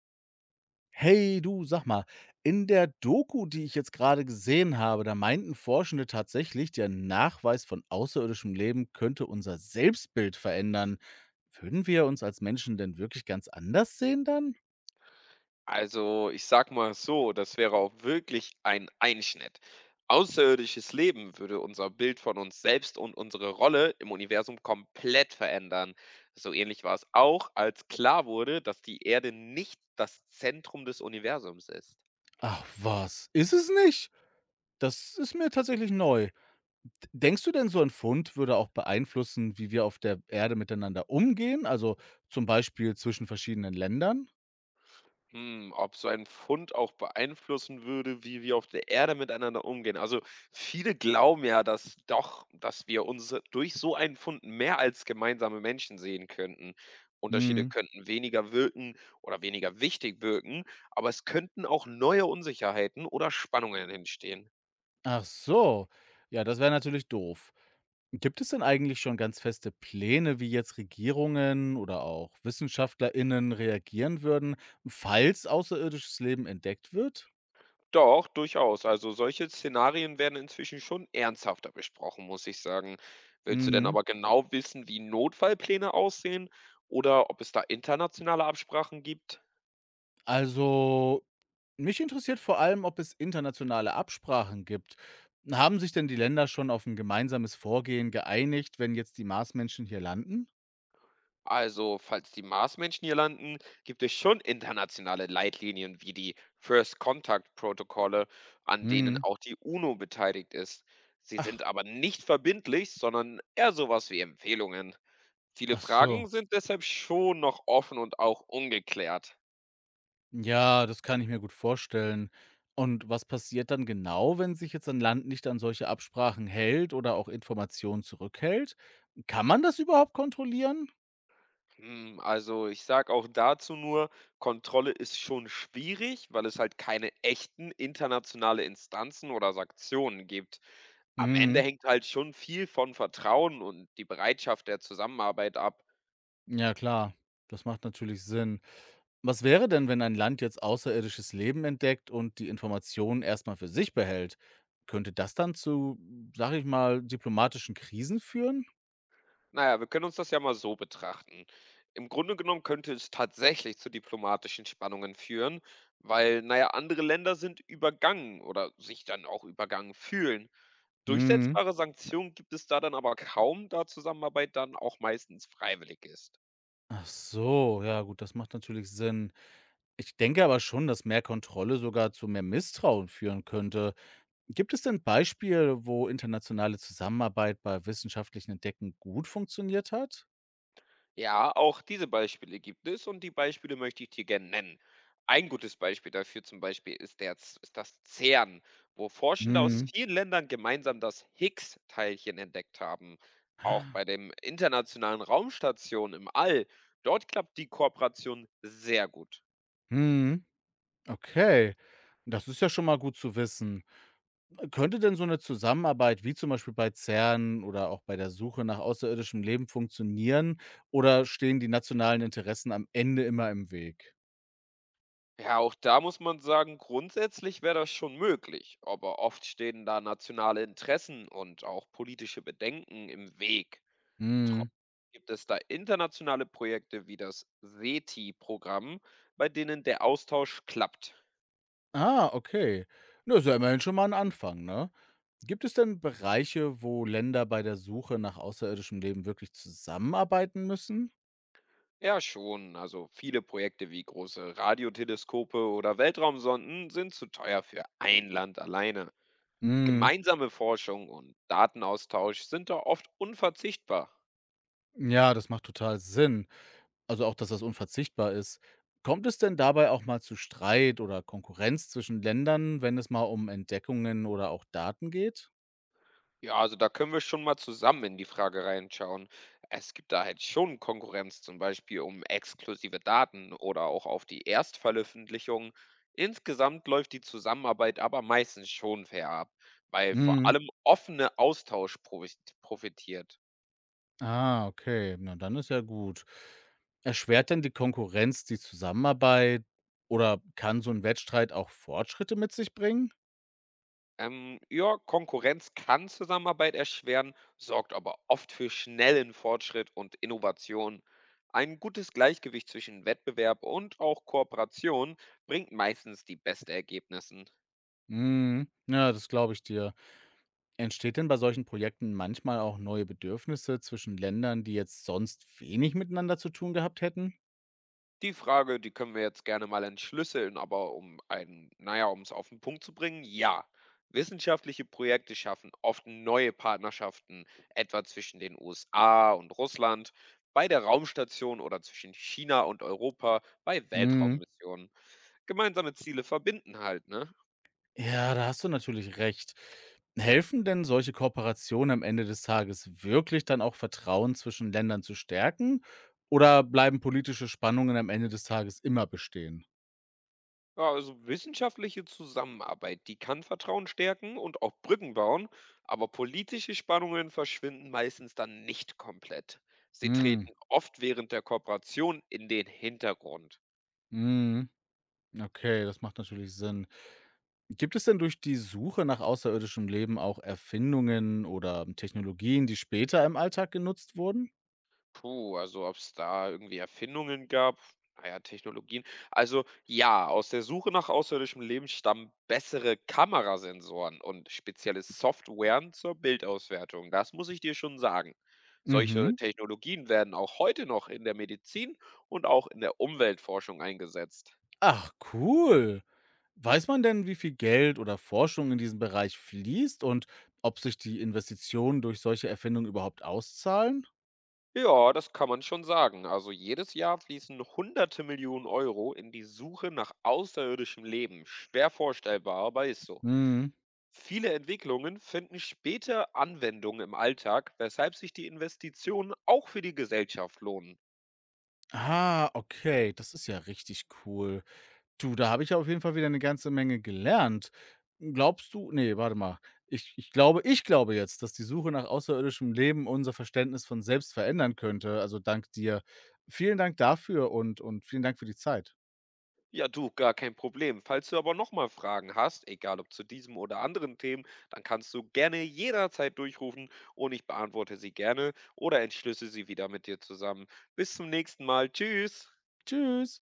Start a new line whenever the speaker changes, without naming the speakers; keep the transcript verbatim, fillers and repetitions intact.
Hey, du, sag mal, in der Doku, die ich jetzt gerade gesehen habe, da meinten Forschende tatsächlich, der Nachweis von außerirdischem Leben könnte unser Selbstbild verändern. Würden wir uns als Menschen denn wirklich ganz anders sehen dann?
Also, ich sage mal so, das wäre auch wirklich ein Einschnitt. Außerirdisches Leben würde unser Bild von uns selbst und unsere Rolle im Universum komplett verändern. So ähnlich war es auch, als klar wurde, dass die Erde nicht das Zentrum des Universums ist.
Ach was, ist es nicht? Das ist mir tatsächlich neu. D- Denkst du denn, so ein Fund würde auch beeinflussen, wie wir auf der Erde miteinander umgehen? Also zum Beispiel zwischen verschiedenen Ländern?
Hm, ob so ein Fund auch beeinflussen würde, wie wir auf der Erde miteinander umgehen. Also viele glauben ja, dass doch, dass wir uns durch so einen Fund mehr als gemeinsame Menschen sehen könnten. Unterschiede
Hm.
könnten weniger wirken oder weniger wichtig wirken, aber es könnten auch neue Unsicherheiten oder Spannungen entstehen.
Ach so. Ja, das wäre natürlich doof. Gibt es denn eigentlich schon ganz feste Pläne, wie jetzt Regierungen oder auch WissenschaftlerInnen reagieren würden, falls außerirdisches Leben entdeckt wird?
Doch, durchaus. Also solche Szenarien werden inzwischen schon ernsthafter besprochen, muss ich sagen. Willst du denn
Mhm.
aber genau wissen, wie Notfallpläne aussehen oder ob es da internationale Absprachen gibt?
Also, mich interessiert vor allem, ob es internationale Absprachen gibt. Haben sich denn die Länder schon auf ein gemeinsames Vorgehen geeinigt, wenn jetzt die Marsmenschen hier landen?
Also, falls die Marsmenschen hier landen, gibt es schon internationale Leitlinien wie die First Contact Protokolle, an denen
Mhm.
auch die U N O beteiligt ist. Sie sind
Ach,
aber nicht verbindlich, sondern eher sowas wie Empfehlungen. Viele
ach so.
Fragen sind deshalb schon noch offen und auch ungeklärt.
Ja, das kann ich mir gut vorstellen. Und was passiert dann genau, wenn sich jetzt ein Land nicht an solche Absprachen hält oder auch Informationen zurückhält? Kann man das überhaupt kontrollieren?
Hm, also, ich sage auch dazu nur, Kontrolle ist schon schwierig, weil es halt keine echten internationale Instanzen oder Sanktionen gibt. Am Ende
Mhm.
hängt halt schon viel von Vertrauen und die Bereitschaft der Zusammenarbeit ab.
Ja, klar. Das macht natürlich Sinn. Was wäre denn, wenn ein Land jetzt außerirdisches Leben entdeckt und die Informationen erstmal für sich behält? Könnte das dann zu, sag ich mal, diplomatischen Krisen führen?
Naja, wir können uns das ja mal so betrachten. Im Grunde genommen könnte es tatsächlich zu diplomatischen Spannungen führen, weil, naja, andere Länder sind übergangen oder sich dann auch übergangen fühlen.
Mhm.
Durchsetzbare Sanktionen gibt es da dann aber kaum, da Zusammenarbeit dann auch meistens freiwillig ist.
Ach so, ja gut, das macht natürlich Sinn. Ich denke aber schon, dass mehr Kontrolle sogar zu mehr Misstrauen führen könnte. Gibt es denn Beispiele, wo internationale Zusammenarbeit bei wissenschaftlichen Entdecken gut funktioniert hat?
Ja, auch diese Beispiele gibt es und die Beispiele möchte ich dir gerne nennen. Ein gutes Beispiel dafür zum Beispiel ist der, Z- ist das CERN, wo Forschende aus
Mhm.
vielen Ländern gemeinsam das Higgs-Teilchen entdeckt haben. Auch bei dem Internationalen Raumstation im All, dort klappt die Kooperation sehr gut.
Mhm. Okay. Das ist ja schon mal gut zu wissen. Könnte denn so eine Zusammenarbeit wie zum Beispiel bei CERN oder auch bei der Suche nach außerirdischem Leben funktionieren oder stehen die nationalen Interessen am Ende immer im Weg?
Ja, auch da muss man sagen, grundsätzlich wäre das schon möglich, aber oft stehen da nationale Interessen und auch politische Bedenken im Weg.
Mhm.
Gibt es da internationale Projekte wie das SETI-Programm, bei denen der Austausch klappt.
Ah, okay. Na, ist ja immerhin schon mal ein Anfang, ne? Gibt es denn Bereiche, wo Länder bei der Suche nach außerirdischem Leben wirklich zusammenarbeiten müssen?
Ja, schon. Also viele Projekte wie große Radioteleskope oder Weltraumsonden sind zu teuer für ein Land alleine.
Mm,
Gemeinsame Forschung und Datenaustausch sind da oft unverzichtbar.
ja, das macht total Sinn. Also auch, dass das unverzichtbar ist. Kommt es denn dabei auch mal zu Streit oder Konkurrenz zwischen Ländern, wenn es mal um Entdeckungen oder auch Daten geht?
Ja, also da können wir schon mal zusammen in die Frage reinschauen. Es gibt da halt schon Konkurrenz, zum Beispiel um exklusive Daten oder auch auf die Erstveröffentlichung. Insgesamt läuft die Zusammenarbeit aber meistens schon fair ab, weil vor
Mm.
allem offene Austausch profi- profitiert.
Ah, okay. Na, dann ist ja gut. Erschwert denn die Konkurrenz die Zusammenarbeit oder kann so ein Wettstreit auch Fortschritte mit sich bringen?
Ähm, ja, Konkurrenz kann Zusammenarbeit erschweren, sorgt aber oft für schnellen Fortschritt und Innovation. Ein gutes Gleichgewicht zwischen Wettbewerb und auch Kooperation bringt meistens die besten Ergebnisse.
Mm. Ja, das glaube ich dir. Entsteht denn bei solchen Projekten manchmal auch neue Bedürfnisse zwischen Ländern, die jetzt sonst wenig miteinander zu tun gehabt hätten?
Die Frage, die können wir jetzt gerne mal entschlüsseln, aber um einen, naja, um es auf den Punkt zu bringen, ja. Wissenschaftliche Projekte schaffen oft neue Partnerschaften, etwa zwischen den U S A und Russland, bei der Raumstation oder zwischen China und Europa, bei
Mhm.
Weltraummissionen. Gemeinsame Ziele verbinden halt, ne?
Ja, da hast du natürlich recht. Helfen denn solche Kooperationen am Ende des Tages wirklich dann auch Vertrauen zwischen Ländern zu stärken? Oder bleiben politische Spannungen am Ende des Tages immer bestehen?
Ja, also wissenschaftliche Zusammenarbeit, die kann Vertrauen stärken und auch Brücken bauen, aber politische Spannungen verschwinden meistens dann nicht komplett. Sie treten
Mhm.
oft während der Kooperation in den Hintergrund.
Mhm. Okay, das macht natürlich Sinn. Gibt es denn durch die Suche nach außerirdischem Leben auch Erfindungen oder Technologien, die später im Alltag genutzt wurden?
Puh, also ob es da irgendwie Erfindungen gab? Na ja, Technologien. Also ja, aus der Suche nach außerirdischem Leben stammen bessere Kamerasensoren und spezielle Softwaren zur Bildauswertung. Das muss ich dir schon sagen. Solche
Mhm.
Technologien werden auch heute noch in der Medizin und auch in der Umweltforschung eingesetzt.
Ach, cool. Weiß man denn, wie viel Geld oder Forschung in diesem Bereich fließt und ob sich die Investitionen durch solche Erfindungen überhaupt auszahlen?
Ja, das kann man schon sagen. Also jedes Jahr fließen hunderte Millionen Euro in die Suche nach außerirdischem Leben. Schwer vorstellbar, aber ist so.
Mhm.
Viele Entwicklungen finden später Anwendung im Alltag, weshalb sich die Investitionen auch für die Gesellschaft lohnen.
Ah, okay, das ist ja richtig cool. Du, da habe ich ja auf jeden Fall wieder eine ganze Menge gelernt. Glaubst du, nee, warte mal. Ich, ich glaube, ich glaube jetzt, dass die Suche nach außerirdischem Leben unser Verständnis von selbst verändern könnte. Also dank dir. Vielen Dank dafür und, und vielen Dank für die Zeit.
Ja, du, gar kein Problem. Falls du aber nochmal Fragen hast, egal ob zu diesem oder anderen Themen, dann kannst du gerne jederzeit durchrufen und ich beantworte sie gerne oder entschlüsse sie wieder mit dir zusammen. Bis zum nächsten Mal. Tschüss.
Tschüss.